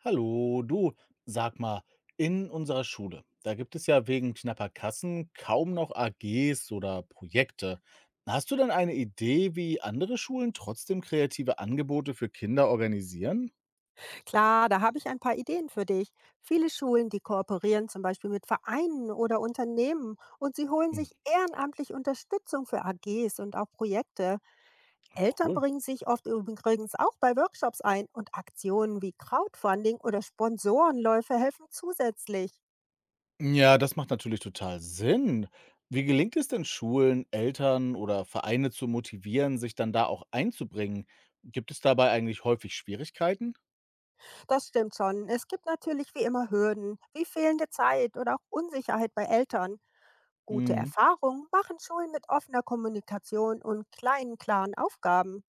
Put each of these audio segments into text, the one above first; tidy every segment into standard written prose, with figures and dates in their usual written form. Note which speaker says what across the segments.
Speaker 1: Hallo, du, sag mal, in unserer Schule, da gibt es ja wegen knapper Kassen kaum noch AGs oder Projekte. Hast du denn eine Idee, wie andere Schulen trotzdem kreative Angebote für Kinder organisieren?
Speaker 2: Klar, da habe ich ein paar Ideen für dich. Viele Schulen, die kooperieren zum Beispiel mit Vereinen oder Unternehmen und sie holen
Speaker 1: Hm.
Speaker 2: sich ehrenamtlich Unterstützung für AGs und auch Projekte.
Speaker 1: Ach,
Speaker 2: Eltern
Speaker 1: cool.
Speaker 2: bringen sich oft übrigens auch bei Workshops ein und Aktionen wie Crowdfunding oder Sponsorenläufe helfen zusätzlich.
Speaker 1: Ja, das macht natürlich total Sinn. Wie gelingt es denn Schulen, Eltern oder Vereine zu motivieren, sich dann da auch einzubringen? Gibt es dabei eigentlich häufig Schwierigkeiten?
Speaker 2: Das stimmt schon. Es gibt natürlich wie immer Hürden, wie fehlende Zeit oder auch Unsicherheit bei Eltern. Gute
Speaker 1: Hm,
Speaker 2: Erfahrungen machen Schulen mit offener Kommunikation und kleinen, klaren Aufgaben.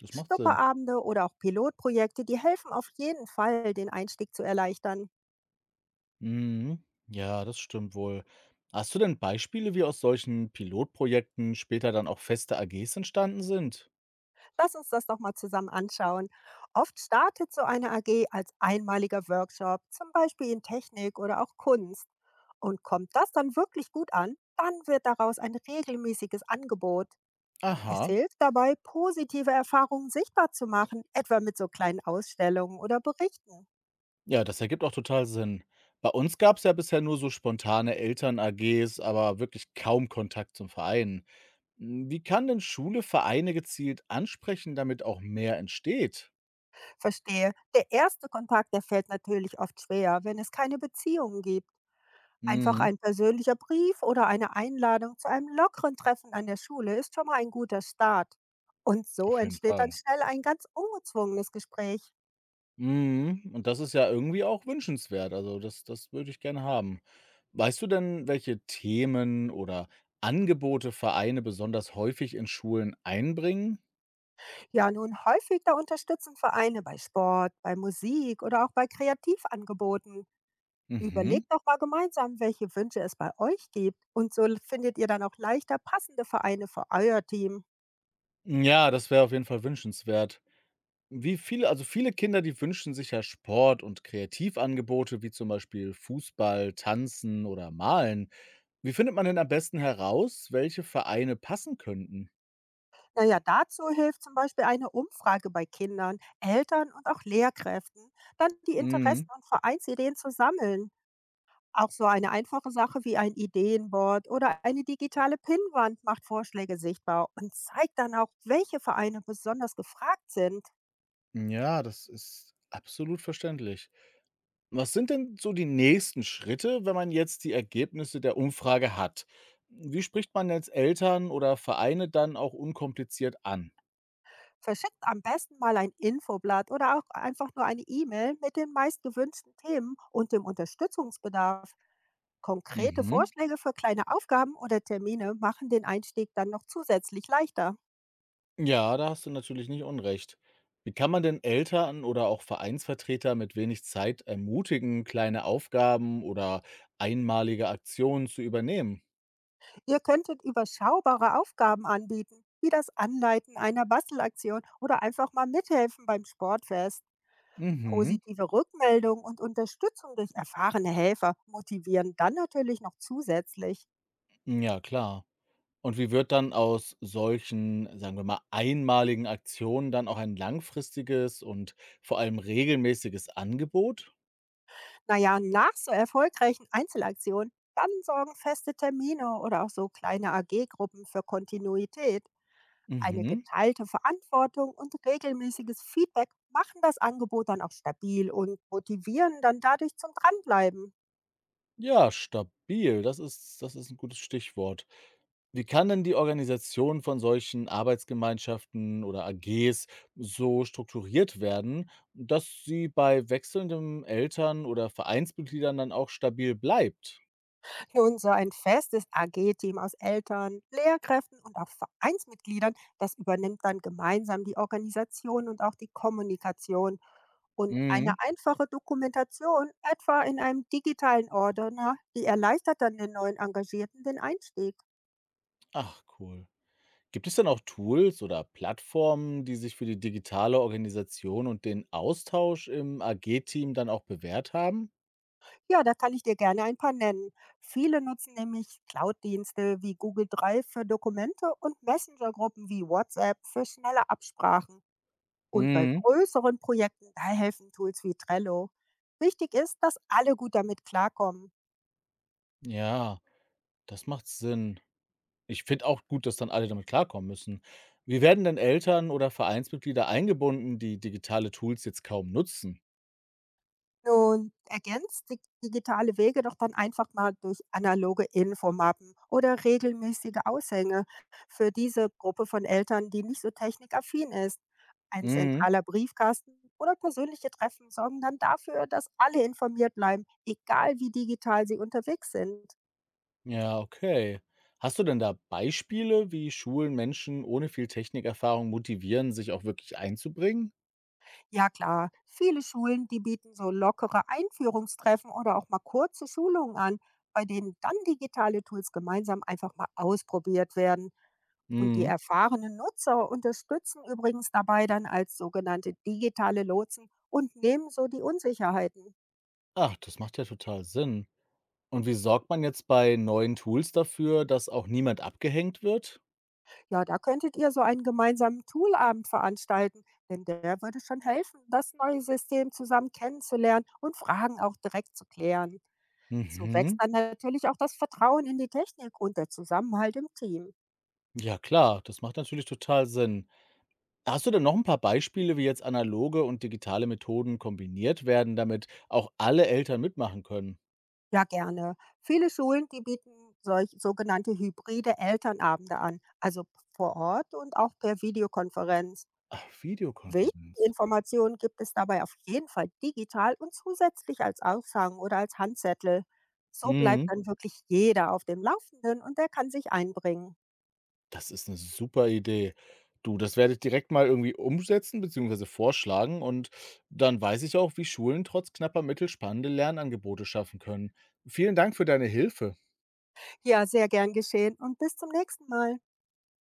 Speaker 1: das macht Sinn.
Speaker 2: Schnupperabende oder auch Pilotprojekte, die helfen auf jeden Fall, den Einstieg zu erleichtern.
Speaker 1: Mhm. Ja, das stimmt wohl. Hast du denn Beispiele, wie aus solchen Pilotprojekten später dann auch feste AGs entstanden sind?
Speaker 2: Lass uns das doch mal zusammen anschauen. Oft startet so eine AG als einmaliger Workshop, zum Beispiel in Technik oder auch Kunst. Und kommt das dann wirklich gut an, dann wird daraus ein regelmäßiges Angebot. Es
Speaker 1: Aha,
Speaker 2: hilft dabei, positive Erfahrungen sichtbar zu machen, etwa mit so kleinen Ausstellungen oder Berichten.
Speaker 1: ja, das ergibt auch total Sinn. Bei uns gab es ja bisher nur so spontane Eltern-AGs, aber wirklich kaum Kontakt zum Verein. Wie kann denn Schule Vereine gezielt ansprechen, damit auch mehr entsteht?
Speaker 2: Verstehe, der erste Kontakt, der fällt natürlich oft schwer, wenn es keine Beziehungen gibt. Einfach
Speaker 1: Mhm,
Speaker 2: ein persönlicher Brief oder eine Einladung zu einem lockeren Treffen an der Schule ist schon mal ein guter Start. Und so
Speaker 1: auf jeden
Speaker 2: entsteht dann
Speaker 1: Fall.
Speaker 2: schnell ein ganz ungezwungenes Gespräch.
Speaker 1: Mhm, und das ist ja irgendwie auch wünschenswert. Also, das würde ich gerne haben. Weißt du denn, welche Themen oder Angebote Vereine besonders häufig in Schulen einbringen?
Speaker 2: Ja, nun häufig da unterstützen Vereine bei Sport, bei Musik oder auch bei Kreativangeboten.
Speaker 1: Mhm.
Speaker 2: Überlegt doch mal gemeinsam, welche Wünsche es bei euch gibt. Und so findet ihr dann auch leichter passende Vereine für euer Team.
Speaker 1: Ja, das wäre auf jeden Fall wünschenswert. Viele Kinder, die wünschen sich ja Sport und Kreativangebote wie zum Beispiel Fußball, Tanzen oder Malen. Wie findet man denn am besten heraus, welche Vereine passen könnten?
Speaker 2: Naja, dazu hilft zum Beispiel eine Umfrage bei Kindern, Eltern und auch Lehrkräften, dann die Interessen
Speaker 1: Mhm.
Speaker 2: und Vereinsideen zu sammeln. Auch so eine einfache Sache wie ein Ideenboard oder eine digitale Pinnwand macht Vorschläge sichtbar und zeigt dann auch, welche Vereine besonders gefragt sind.
Speaker 1: Ja, das ist absolut verständlich. Was sind denn so die nächsten Schritte, wenn man jetzt die Ergebnisse der Umfrage hat? Wie spricht man jetzt Eltern oder Vereine dann auch unkompliziert an?
Speaker 2: Verschickt am besten mal ein Infoblatt oder auch einfach nur eine E-Mail mit den meist gewünschten Themen und dem Unterstützungsbedarf. Konkrete
Speaker 1: Mhm.
Speaker 2: Vorschläge für kleine Aufgaben oder Termine machen den Einstieg dann noch zusätzlich leichter.
Speaker 1: Ja, da hast du natürlich nicht unrecht. Wie kann man denn Eltern oder auch Vereinsvertreter mit wenig Zeit ermutigen, kleine Aufgaben oder einmalige Aktionen zu übernehmen?
Speaker 2: Ihr könntet überschaubare Aufgaben anbieten, wie das Anleiten einer Bastelaktion oder einfach mal mithelfen beim Sportfest.
Speaker 1: Mhm.
Speaker 2: Positive Rückmeldung und Unterstützung durch erfahrene Helfer motivieren dann natürlich noch zusätzlich.
Speaker 1: Ja, klar. Und wie wird dann aus solchen, sagen wir mal, einmaligen Aktionen dann auch ein langfristiges und vor allem regelmäßiges Angebot?
Speaker 2: Naja, nach so erfolgreichen Einzelaktionen, dann sorgen feste Termine oder auch so kleine AG-Gruppen für Kontinuität. Eine
Speaker 1: Mhm.
Speaker 2: geteilte Verantwortung und regelmäßiges Feedback machen das Angebot dann auch stabil und motivieren dann dadurch zum Dranbleiben.
Speaker 1: Ja, stabil, das ist ein gutes Stichwort. Wie kann denn die Organisation von solchen Arbeitsgemeinschaften oder AGs so strukturiert werden, dass sie bei wechselnden Eltern oder Vereinsmitgliedern dann auch stabil bleibt?
Speaker 2: Nun, so ein festes AG-Team aus Eltern, Lehrkräften und auch Vereinsmitgliedern, das übernimmt dann gemeinsam die Organisation und auch die Kommunikation. Und eine
Speaker 1: Mhm.
Speaker 2: einfache Dokumentation, etwa in einem digitalen Ordner, die erleichtert dann den neuen Engagierten den Einstieg.
Speaker 1: Ach, cool. Gibt es denn auch Tools oder Plattformen, die sich für die digitale Organisation und den Austausch im AG-Team dann auch bewährt haben?
Speaker 2: Ja, da kann ich dir gerne ein paar nennen. Viele nutzen nämlich Cloud-Dienste wie Google Drive für Dokumente und Messenger-Gruppen wie WhatsApp für schnelle Absprachen. Und bei
Speaker 1: Mhm.
Speaker 2: größeren Projekten, da helfen Tools wie Trello. Wichtig ist, dass alle gut damit klarkommen.
Speaker 1: Ja, das macht Sinn. Ich finde auch gut, dass dann alle damit klarkommen müssen. Wie werden denn Eltern oder Vereinsmitglieder eingebunden, die digitale Tools jetzt kaum nutzen?
Speaker 2: Und ergänzt die digitale Wege doch dann einfach mal durch analoge Infomappen oder regelmäßige Aushänge für diese Gruppe von Eltern, die nicht so technikaffin ist. Ein
Speaker 1: Mhm.
Speaker 2: zentraler Briefkasten oder persönliche Treffen sorgen dann dafür, dass alle informiert bleiben, egal wie digital sie unterwegs sind.
Speaker 1: Ja, okay. Hast du denn da Beispiele, wie Schulen Menschen ohne viel Technikerfahrung motivieren, sich auch wirklich einzubringen?
Speaker 2: Ja klar, viele Schulen, die bieten so lockere Einführungstreffen oder auch mal kurze Schulungen an, bei denen dann digitale Tools gemeinsam einfach mal ausprobiert werden. Und die
Speaker 1: Mhm.
Speaker 2: erfahrenen Nutzer unterstützen übrigens dabei dann als sogenannte digitale Lotsen und nehmen so die Unsicherheiten.
Speaker 1: Ach, das macht ja total Sinn. Und wie sorgt man jetzt bei neuen Tools dafür, dass auch niemand abgehängt wird?
Speaker 2: Ja, da könntet ihr so einen gemeinsamen Toolabend veranstalten, denn der würde schon helfen, das neue System zusammen kennenzulernen und Fragen auch direkt zu klären. So wächst
Speaker 1: Mhm.
Speaker 2: dann natürlich auch das Vertrauen in die Technik und der Zusammenhalt im Team.
Speaker 1: Ja klar, das macht natürlich total Sinn. Hast du denn noch ein paar Beispiele, wie jetzt analoge und digitale Methoden kombiniert werden, damit auch alle Eltern mitmachen können?
Speaker 2: Ja, gerne. Viele Schulen, die bieten solch sogenannte hybride Elternabende an, also vor Ort und auch per Videokonferenz.
Speaker 1: Ach,
Speaker 2: Wichtige
Speaker 1: Videokonferenz.
Speaker 2: Informationen gibt es dabei auf jeden Fall digital und zusätzlich als Aushang oder als Handzettel. So bleibt
Speaker 1: Mhm.
Speaker 2: dann wirklich jeder auf dem Laufenden und der kann sich einbringen.
Speaker 1: Das ist eine super Idee. Du, das werde ich direkt mal irgendwie umsetzen bzw. vorschlagen und dann weiß ich auch, wie Schulen trotz knapper Mittel spannende Lernangebote schaffen können. Vielen Dank für deine Hilfe.
Speaker 2: Ja, sehr gern geschehen und bis zum nächsten Mal.